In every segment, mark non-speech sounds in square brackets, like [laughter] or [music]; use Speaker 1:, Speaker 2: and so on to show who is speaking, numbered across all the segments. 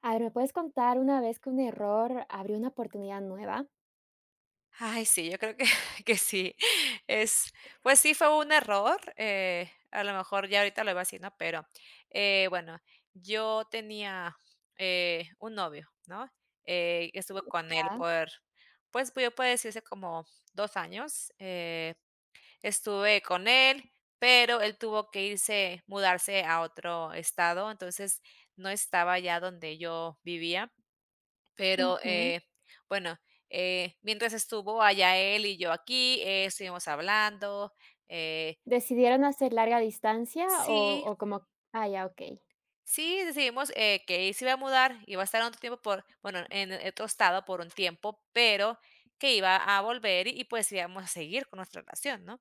Speaker 1: A ver, ¿me puedes contar una vez que un error abrió una oportunidad nueva?
Speaker 2: Ay, sí, yo creo que [laughs] que sí. Es Pues sí, fue un error, a lo mejor ya ahorita lo iba a decir, ¿no? Pero, bueno, yo tenía, un novio, ¿no? Estuve con él
Speaker 1: Ah.
Speaker 2: por, pues, yo puedo decirse como 2 años, estuve con él, pero él tuvo que irse mudarse a otro estado, entonces no estaba ya donde yo vivía. Pero,
Speaker 1: Ujú.
Speaker 2: bueno, mientras estuvo allá él y yo aquí, estuvimos hablando. Eh,
Speaker 1: ¿Decidieron hacer larga distancia o
Speaker 2: sí,
Speaker 1: o como? Ah, ya, okey,
Speaker 2: sí, decidimos, que él se iba a mudar, iba a estar otro tiempo por bueno, en otro estado por un tiempo, pero que iba a volver, y pues, íbamos a seguir con nuestra relación, ¿no?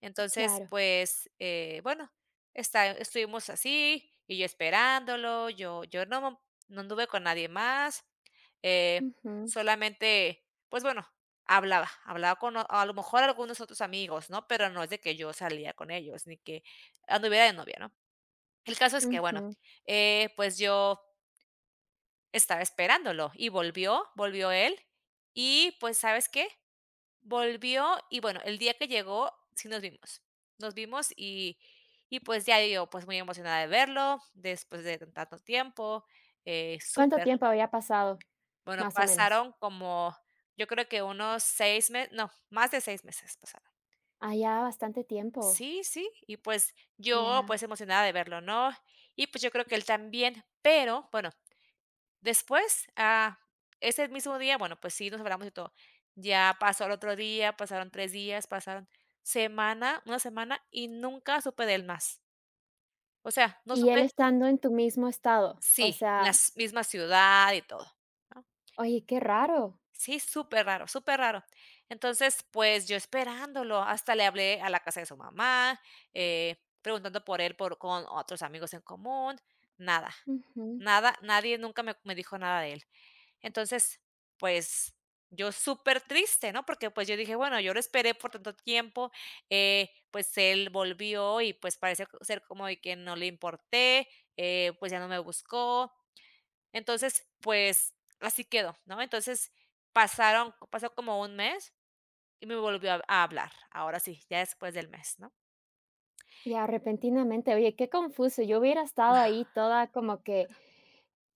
Speaker 2: Entonces,
Speaker 1: claro.
Speaker 2: pues, bueno, está estuvimos así, y yo esperándolo, yo no anduve con nadie más, eh,
Speaker 1: Ujú,
Speaker 2: solamente, pues, bueno, hablaba con a lo mejor algunos otros amigos, ¿no? Pero no es de que yo salía con ellos, ni que anduviera de novia, ¿no? El caso es que, bueno,
Speaker 1: ujú.
Speaker 2: pues, yo estaba esperándolo, y volvió él, y, pues, ¿sabes qué? Volvió y bueno, el día que llegó, sí nos vimos. Nos vimos, y pues ya yo, pues, muy emocionada de verlo después de tanto tiempo,
Speaker 1: ¿Cuánto
Speaker 2: súper.
Speaker 1: tiempo había pasado,
Speaker 2: Bueno,
Speaker 1: más o menos?
Speaker 2: pasaron como, yo creo que unos 6 meses no, más de 6 meses pasaron.
Speaker 1: Ah, ya bastante tiempo,
Speaker 2: Sí, sí, y pues yo,
Speaker 1: ya.
Speaker 2: pues, emocionada de verlo, ¿no? Y pues yo creo que él también, pero bueno. Después, ah, ese mismo día, bueno, pues sí, nos hablamos y todo. Ya pasó el otro día, pasaron 3 días, una semana y nunca supe de él más. O sea, no
Speaker 1: Y él
Speaker 2: supe
Speaker 1: estando en tu mismo estado, o
Speaker 2: sí, en la
Speaker 1: sea,
Speaker 2: misma ciudad y todo, ¿no?
Speaker 1: oye, qué raro.
Speaker 2: Sí, superraro, raro. Súper raro. Entonces, pues, yo esperándolo, hasta le hablé a la casa de su mamá, eh, preguntando por él por con otros amigos en común, nada,
Speaker 1: Ujú.
Speaker 2: nada, nadie nunca me dijo nada de él. Entonces, pues, yo súper triste, ¿no? Porque, pues, yo dije: "Bueno, yo lo esperé por tanto tiempo, pues, él volvió y, pues, parece co ser como de que no le importé, pues, ya no me buscó". Entonces, pues, así quedó, ¿no? Entonces, pasaron pasó como un mes y me volvió a hablar, ahora sí, ya después del mes, ¿no?
Speaker 1: Ya, repentinamente, oye, qué confuso. Yo hubiera estado ahí toda como que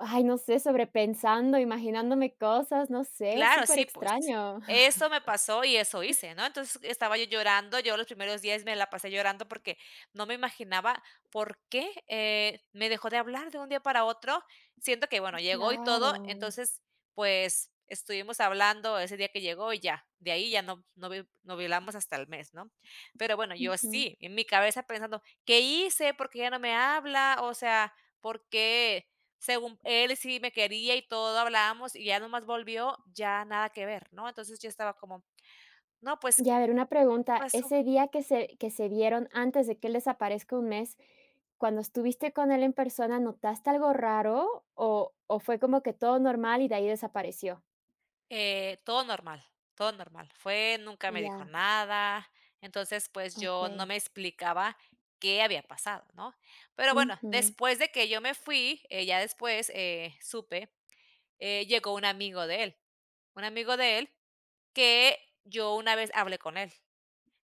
Speaker 1: ay, no sé, sobrepensando, imaginándome cosas, no sé,
Speaker 2: Claro,
Speaker 1: súper
Speaker 2: sí, pues,
Speaker 1: extraño.
Speaker 2: eso me pasó y eso hice, ¿no? Entonces, estaba yo llorando, yo los primeros días me la pasé llorando porque no me imaginaba por qué, me dejó de hablar de un día para otro. Siento que, bueno, llegó y todo,
Speaker 1: Claro.
Speaker 2: entonces, pues, estuvimos hablando ese día que llegó y ya, de ahí ya no hablamos hasta el mes, ¿no? Pero bueno, yo
Speaker 1: Ujú.
Speaker 2: sí, en mi cabeza pensando, ¿qué hice? ¿Por qué ya no me habla? O sea, ¿por qué? Según él sí me quería y todo, hablábamos y ya nomás volvió, ya nada que ver, ¿no? Entonces yo estaba como, no, pues, ¿qué
Speaker 1: Y a ver, una pregunta,
Speaker 2: pasó?
Speaker 1: ese día que se vieron antes de que él desaparezca un mes, cuando estuviste con él en persona, ¿notaste algo raro o fue como que todo normal y de ahí desapareció?
Speaker 2: Todo normal, todo normal. Nunca me dijo
Speaker 1: Ya,
Speaker 2: nada. Entonces, pues yo no
Speaker 1: okey.
Speaker 2: me explicaba qué había pasado, ¿no? Pero bueno,
Speaker 1: Ujú.
Speaker 2: después de que yo me fui, ya después, supe, llegó un amigo de él, un amigo de él que yo una vez hablé con él.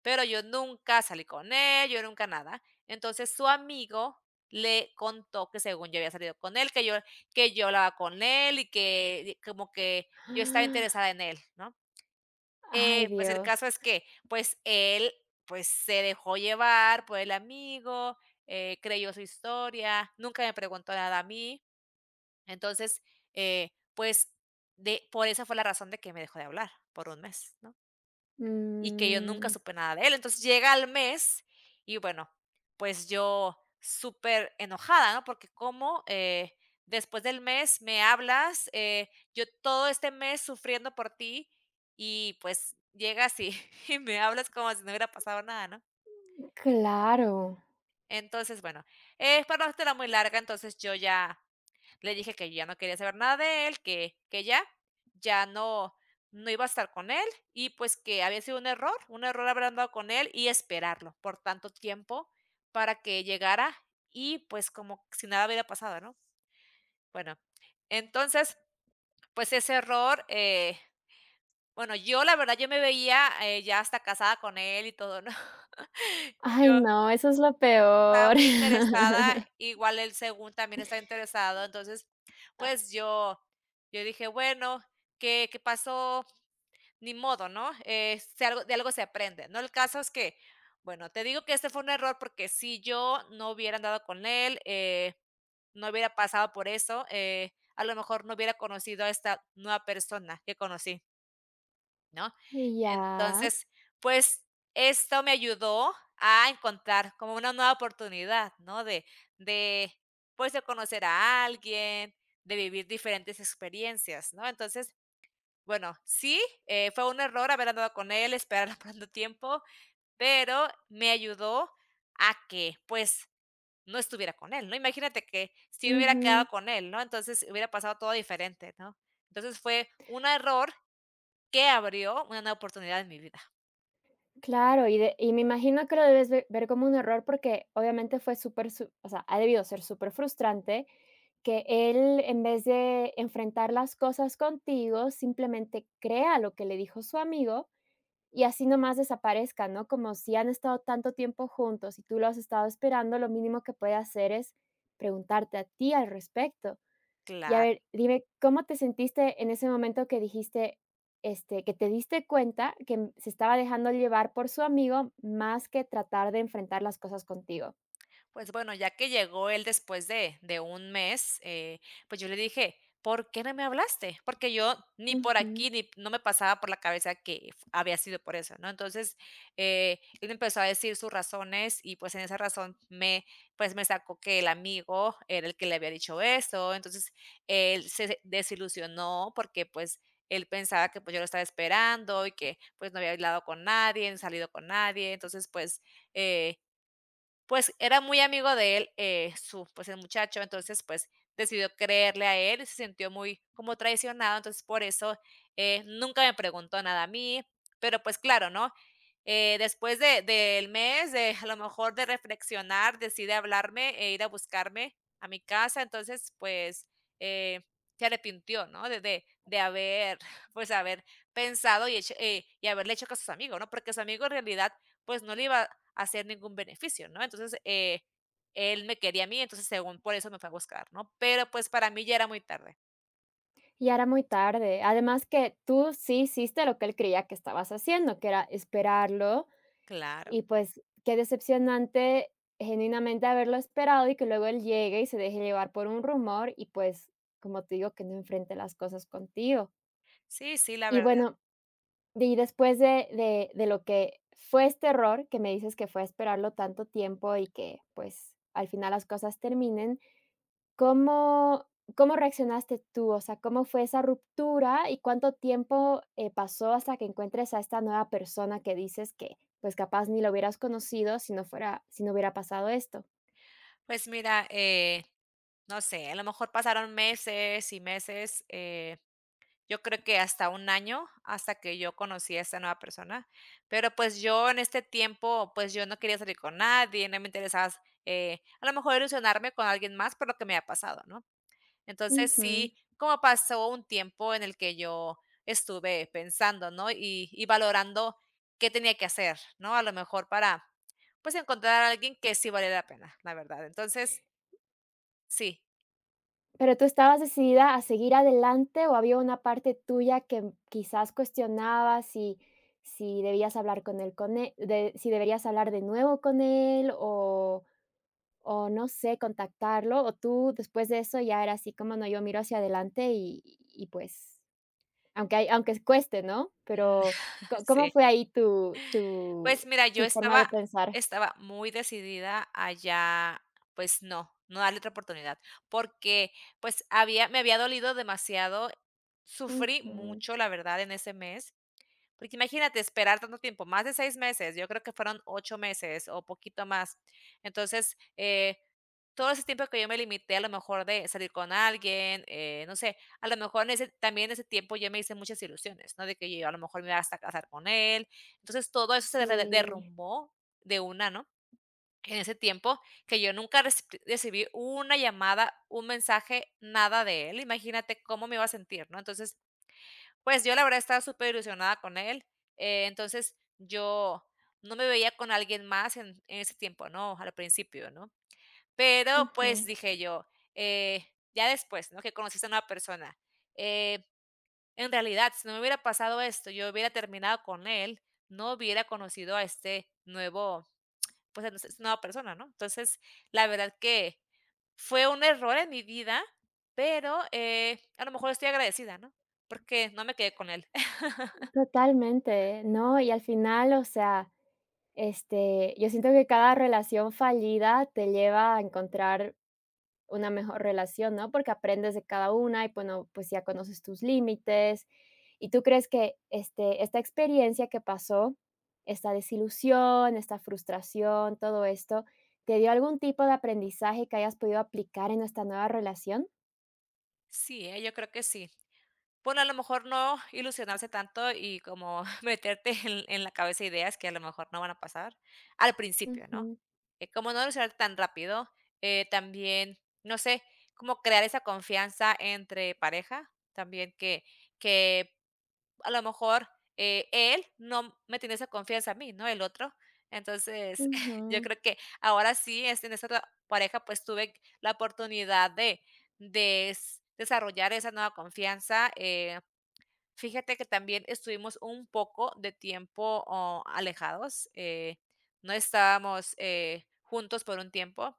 Speaker 2: Pero yo nunca salí con él, yo nunca nada. Entonces, su amigo le contó que según yo había salido con él, que yo hablaba con él y que como que yo estaba interesada
Speaker 1: [gasps]
Speaker 2: en él, ¿no?
Speaker 1: Ay,
Speaker 2: Pues el
Speaker 1: Dios.
Speaker 2: caso es que, pues él, pues se dejó llevar por el amigo, creyó su historia, nunca me preguntó nada a mí. Entonces, pues de por esa fue la razón de que me dejó de hablar por un mes, ¿no? Y que yo nunca
Speaker 1: Mm,
Speaker 2: supe nada de él. Entonces llega al mes y bueno, pues yo súper enojada, ¿no? Porque como después del mes me hablas, yo todo este mes sufriendo por ti y pues llegas y, [laughs] y me hablas como si no hubiera pasado nada, ¿no?
Speaker 1: claro.
Speaker 2: Entonces, bueno, es para no hacerla muy larga, entonces yo ya le dije que ya no quería saber nada de él, que ya, ya no iba a estar con él y, pues, que había sido un error haber andado con él y esperarlo por tanto tiempo para que llegara y, pues, como si nada hubiera pasado, ¿no? Bueno, entonces, pues, ese error, bueno, yo la verdad, yo me veía, ya hasta casada con él y todo, ¿no? [laughs] Yo
Speaker 1: Ay, no, eso es lo
Speaker 2: estaba
Speaker 1: peor.
Speaker 2: muy interesada,
Speaker 1: [laughs]
Speaker 2: igual él según también estaba interesado. Entonces,
Speaker 1: Ah,
Speaker 2: pues yo dije: "Bueno, qué pasó? Ni modo", ¿no? Si algo de algo se aprende, ¿no? El caso es que, bueno, te digo que este fue un error, porque si yo no hubiera andado con él, no hubiera pasado por eso, a lo mejor no hubiera conocido a esta nueva persona que conocí, ¿no?
Speaker 1: y ya.
Speaker 2: Entonces, pues, esto me ayudó a encontrar como una nueva oportunidad, ¿no? De, pues, de conocer a alguien, de vivir diferentes experiencias, ¿no? Entonces, bueno, sí, fue un error haber andado con él, esperar [laughs] tanto tiempo, pero me ayudó a que, pues, no estuviera con él, ¿no? Imagínate que si me hubiera
Speaker 1: Ujú.
Speaker 2: quedado con él, ¿no? Entonces, hubiera pasado todo diferente, ¿no? Entonces, fue un error que abrió una nueva oportunidad en mi vida.
Speaker 1: Claro, y de y me imagino que lo debes ve ver como un error, porque obviamente fue súper su o sea, ha debido ser súper frustrante que él, en vez de enfrentar las cosas contigo, simplemente crea lo que le dijo su amigo y así nomás desaparezca, ¿no? Como si han estado tanto tiempo juntos y tú lo has estado esperando, lo mínimo que puede hacer es preguntarte a ti al respecto. Y a
Speaker 2: Claro.
Speaker 1: ver, dime, ¿cómo te sentiste en ese momento que dijiste, este, que te diste cuenta que, mm, se estaba dejando llevar por su amigo más que tratar de enfrentar las cosas contigo?
Speaker 2: Pues bueno, ya que llegó él después de un mes, pues yo le dije: "¿Por qué no me hablaste?". Porque yo ni por
Speaker 1: Ujú.
Speaker 2: aquí ni no me pasaba por la cabeza que f había sido por eso, ¿no? Entonces, él empezó a decir sus razones y, pues, en esa razón pues, me sacó que el amigo era el que le había dicho esto. Entonces, él se desilusionó porque, pues, él pensaba que, pues, yo lo estaba esperando y que, pues, no había hablado con nadie, no salido con nadie. Entonces, pues, eh, pues era muy amigo de él, su pues el muchacho, entonces, pues decidió creerle a él y se sintió muy como traicionado, entonces por eso, nunca me preguntó nada a mí, pero pues claro, ¿no? Después de del mes, de a lo mejor de reflexionar, decide hablarme e ir a buscarme a mi casa, entonces, pues, eh, se arrepintió, ¿no? De haber, [laughs] pues, haber pensado y hecho, y haberle hecho caso a sus amigos, ¿no? Porque su amigo en realidad, pues, no le iba hacer ningún beneficio, ¿no? Entonces, él me quería a mí, entonces según por eso me fue a buscar, ¿no? Pero pues para mí ya era muy tarde.
Speaker 1: Ya era muy tarde. Además que tú sí hiciste lo que él creía que estabas haciendo, que era esperarlo,
Speaker 2: Claro.
Speaker 1: y pues, qué decepcionante genuinamente haberlo esperado y que luego él llegue y se deje llevar por un rumor y, pues, como te digo, que no enfrente las cosas contigo.
Speaker 2: Sí, sí, la
Speaker 1: Y
Speaker 2: verdad.
Speaker 1: bueno, y después de lo que fue este error, que me dices que fue esperarlo tanto tiempo y que, pues, al final las cosas terminen, ¿cómo cómo reaccionaste tú? O sea, ¿cómo fue esa ruptura y cuánto tiempo, pasó hasta que encuentres a esta nueva persona que dices que, pues, capaz ni lo hubieras conocido si no hubiera pasado esto?
Speaker 2: Pues mira, no sé, a lo mejor pasaron meses y meses, yo creo que hasta un año hasta que yo conocí a esta nueva persona, pero pues yo en este tiempo, pues yo no quería salir con nadie, no me interesaba, a lo mejor ilusionarme con alguien más por lo que me ha pasado, ¿no? Entonces, sí, como pasó un tiempo en el que yo estuve pensando, ¿no? Y valorando qué tenía que hacer, ¿no? A lo mejor para, pues, encontrar a alguien que sí valiera la pena, la verdad. Entonces, sí,
Speaker 1: ¿Pero tú estabas decidida a seguir adelante o había una parte tuya que quizás cuestionaba si si debías hablar con él con e de si deberías hablar de nuevo con él o no sé, ¿contactarlo? ¿O tú después de eso ya era así como: "No, yo miro hacia adelante y pues, aunque hay aunque cueste", ¿no? Pero,
Speaker 2: [laughs]
Speaker 1: ¿có cómo
Speaker 2: sí.
Speaker 1: fue ahí tu tu
Speaker 2: Pues mira, yo
Speaker 1: tu forma de pensar?
Speaker 2: estaba muy decidida a ya, pues no, no darle otra oportunidad, porque, pues, había me había dolido demasiado, sufrí
Speaker 1: Ujú.
Speaker 2: mucho, la verdad, en ese mes. Porque imagínate esperar tanto tiempo, más de 6 meses, yo creo que fueron 8 meses o poquito más. Entonces, todo ese tiempo que yo me limité a lo mejor de salir con alguien, no sé, a lo mejor en ese también en ese tiempo yo me hice muchas ilusiones, ¿no? De que yo a lo mejor me iba hasta a casar con él. Entonces, todo eso se re
Speaker 1: Sí.
Speaker 2: derrumbó de una, ¿no? En ese tiempo que yo nunca recibí una llamada, un mensaje, nada de él. Imagínate cómo me iba a sentir, ¿no? Entonces, pues yo la verdad estaba súper ilusionada con él, entonces yo no me veía con alguien más en ese tiempo, ¿no? Al principio, ¿no? Pero pues
Speaker 1: Ujú.
Speaker 2: dije yo, eh, ya después, ¿no? Que conociste a una persona. eh, en realidad, si no me hubiera pasado esto, yo hubiera terminado con él, no hubiera conocido a este nuevo, pues a esta nueva persona, ¿no? Entonces, la verdad que fue un error en mi vida, pero a lo mejor estoy agradecida, ¿no? Porque no me quedé con él.
Speaker 1: Totalmente, ¿eh? ¿No? Y al final, o sea, este, yo siento que cada relación fallida te lleva a encontrar una mejor relación, ¿no? Porque aprendes de cada una y bueno, pues ya conoces tus límites. ¿Y tú crees que este, esta experiencia que pasó, esta desilusión, esta frustración, todo esto, te dio algún tipo de aprendizaje que hayas podido aplicar en esta nueva relación?
Speaker 2: Sí, yo creo que sí. Bueno, a lo mejor no ilusionarse tanto y como [laughs] meterte en la cabeza ideas que a lo mejor no van a pasar al principio, ¿no?
Speaker 1: Ujú,
Speaker 2: Como no ilusionarte tan rápido, también, no sé, como crear esa confianza entre pareja, también que a lo mejor, él no me tiene esa confianza a mí, ¿no? El otro. Entonces, [laughs] yo
Speaker 1: ujú.
Speaker 2: creo que ahora sí, este, en esta otra pareja, pues, tuve la oportunidad de s desarrollar esa nueva confianza, fíjate que también estuvimos un poco de tiempo, oh, alejados, no estábamos, juntos por un tiempo,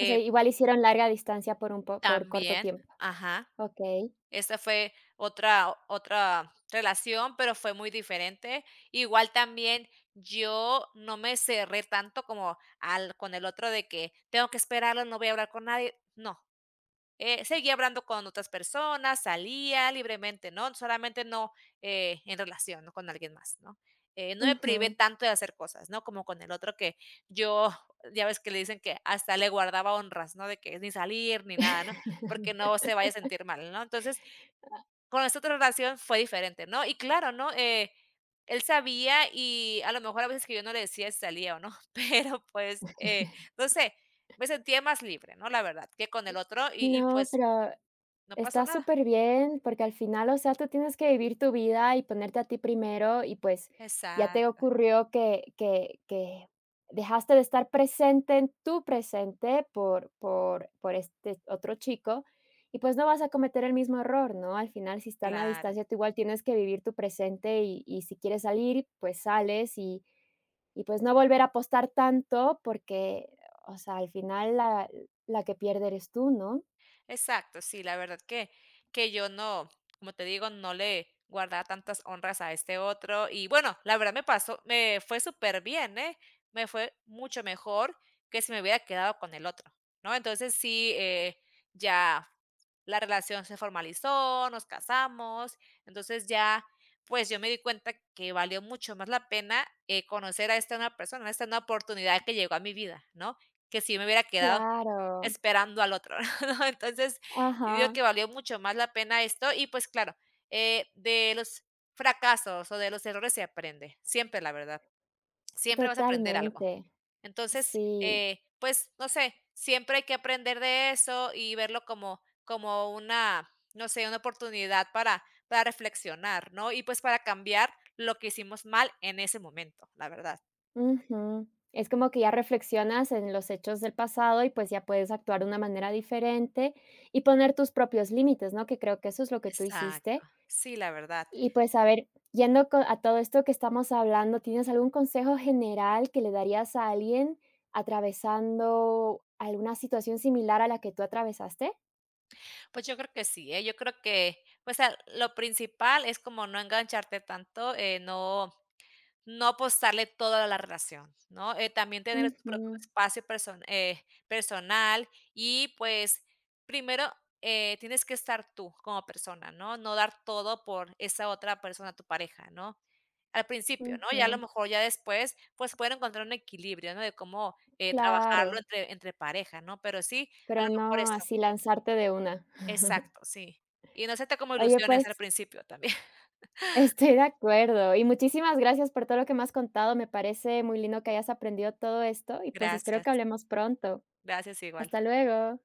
Speaker 1: O sea, igual hicieron larga distancia por un po por corto
Speaker 2: también
Speaker 1: tiempo.
Speaker 2: ajá.
Speaker 1: Okey.
Speaker 2: Esta fue otra relación, pero fue muy diferente. Igual también yo no me cerré tanto como al con el otro de que tengo que esperarlo, no voy a hablar con nadie. No, seguí hablando con otras personas, salía libremente, ¿no? Solamente no, en relación, ¿no? Con alguien más, ¿no? No me privé
Speaker 1: Ujú.
Speaker 2: tanto de hacer cosas, ¿no? Como con el otro que yo, ya ves que le dicen que hasta le guardaba honras, ¿no? De que ni salir ni nada, ¿no? Porque no se vaya a sentir mal, ¿no? Entonces, con esta otra relación fue diferente, ¿no? Y claro, ¿no? Él sabía y a lo mejor a veces que yo no le decía si salía o no, [laughs] pero pues,
Speaker 1: Ah.
Speaker 2: no sé, me sentía más libre, ¿no? La verdad, que con el otro y
Speaker 1: No,
Speaker 2: pues
Speaker 1: pero
Speaker 2: no pasó
Speaker 1: está
Speaker 2: nada.
Speaker 1: súper bien porque al final, o sea, tú tienes que vivir tu vida y ponerte a ti primero y pues ya te
Speaker 2: Exacto,
Speaker 1: ocurrió que dejaste de estar presente en tu presente por este otro chico y pues no vas a cometer el mismo error, ¿no? Al final, si están a
Speaker 2: claro.
Speaker 1: distancia, tú igual tienes que vivir tu presente y si quieres salir, pues sales y pues no volver a apostar tanto porque, o sea, al final la que pierde eres tú, ¿no?
Speaker 2: Exacto, sí, la verdad que yo no, como te digo, no le guardaba tantas honras a este otro. Y bueno, la verdad me pasó, me fue súper bien, ¿eh? Me fue mucho mejor que si me hubiera quedado con el otro, ¿no? Entonces sí, ya la relación se formalizó, nos casamos, entonces ya, pues yo me di cuenta que valió mucho más la pena, conocer a esta nueva persona, a esta nueva oportunidad que llegó a mi vida, ¿no? Que si me hubiera quedado
Speaker 1: Claro.
Speaker 2: esperando al otro. [laughs] [laughs] ¿no? Entonces, yo digo
Speaker 1: Ajá,
Speaker 2: que valió mucho más la pena esto y pues claro, de los fracasos o de los errores se aprende, siempre la verdad, siempre vas a aprender algo.
Speaker 1: totalmente.
Speaker 2: Entonces,
Speaker 1: Sí.
Speaker 2: pues no sé, siempre hay que aprender de eso y verlo como, una, no sé, una oportunidad para, reflexionar, ¿no? Y pues para cambiar lo que hicimos mal en ese momento, la verdad.
Speaker 1: Ujú. Es como que ya reflexionas en los hechos del pasado y pues ya puedes actuar de una manera diferente y poner tus propios límites, ¿no? Que creo que eso es lo que tú
Speaker 2: Exacto,
Speaker 1: hiciste.
Speaker 2: sí, la verdad.
Speaker 1: Y pues, a ver, yendo a todo esto que estamos hablando, ¿tienes algún consejo general que le darías a alguien atravesando alguna situación similar a la que tú atravesaste?
Speaker 2: Pues yo creo que sí, ¿eh? Yo creo que, pues, ah, lo principal es como no engancharte tanto, no apostarle todo a la relación, ¿no? También tener tu propio
Speaker 1: Ujú,
Speaker 2: espacio personal y, pues, primero, tienes que estar tú como persona, ¿no? No dar todo por esa otra persona, tu pareja, ¿no? Al principio, ¿no? Ya a lo
Speaker 1: ujú,
Speaker 2: mejor ya después, pues, pueden encontrar un equilibrio, ¿no? De cómo, trabajarlo
Speaker 1: claro.
Speaker 2: entre pareja, ¿no? Pero sí, a lo
Speaker 1: Pero
Speaker 2: mejor
Speaker 1: no
Speaker 2: eso.
Speaker 1: así lanzarte de una.
Speaker 2: Exacto, sí. Y no se te como
Speaker 1: Oye,
Speaker 2: ilusiones
Speaker 1: pues,
Speaker 2: al
Speaker 1: [laughs]
Speaker 2: principio también. [laughs]
Speaker 1: estoy de acuerdo. Y muchísimas gracias por todo lo que me has contado. Me parece muy lindo que hayas aprendido todo esto y, pues, espero
Speaker 2: Gracias,
Speaker 1: que hablemos pronto.
Speaker 2: gracias igual.
Speaker 1: Hasta luego.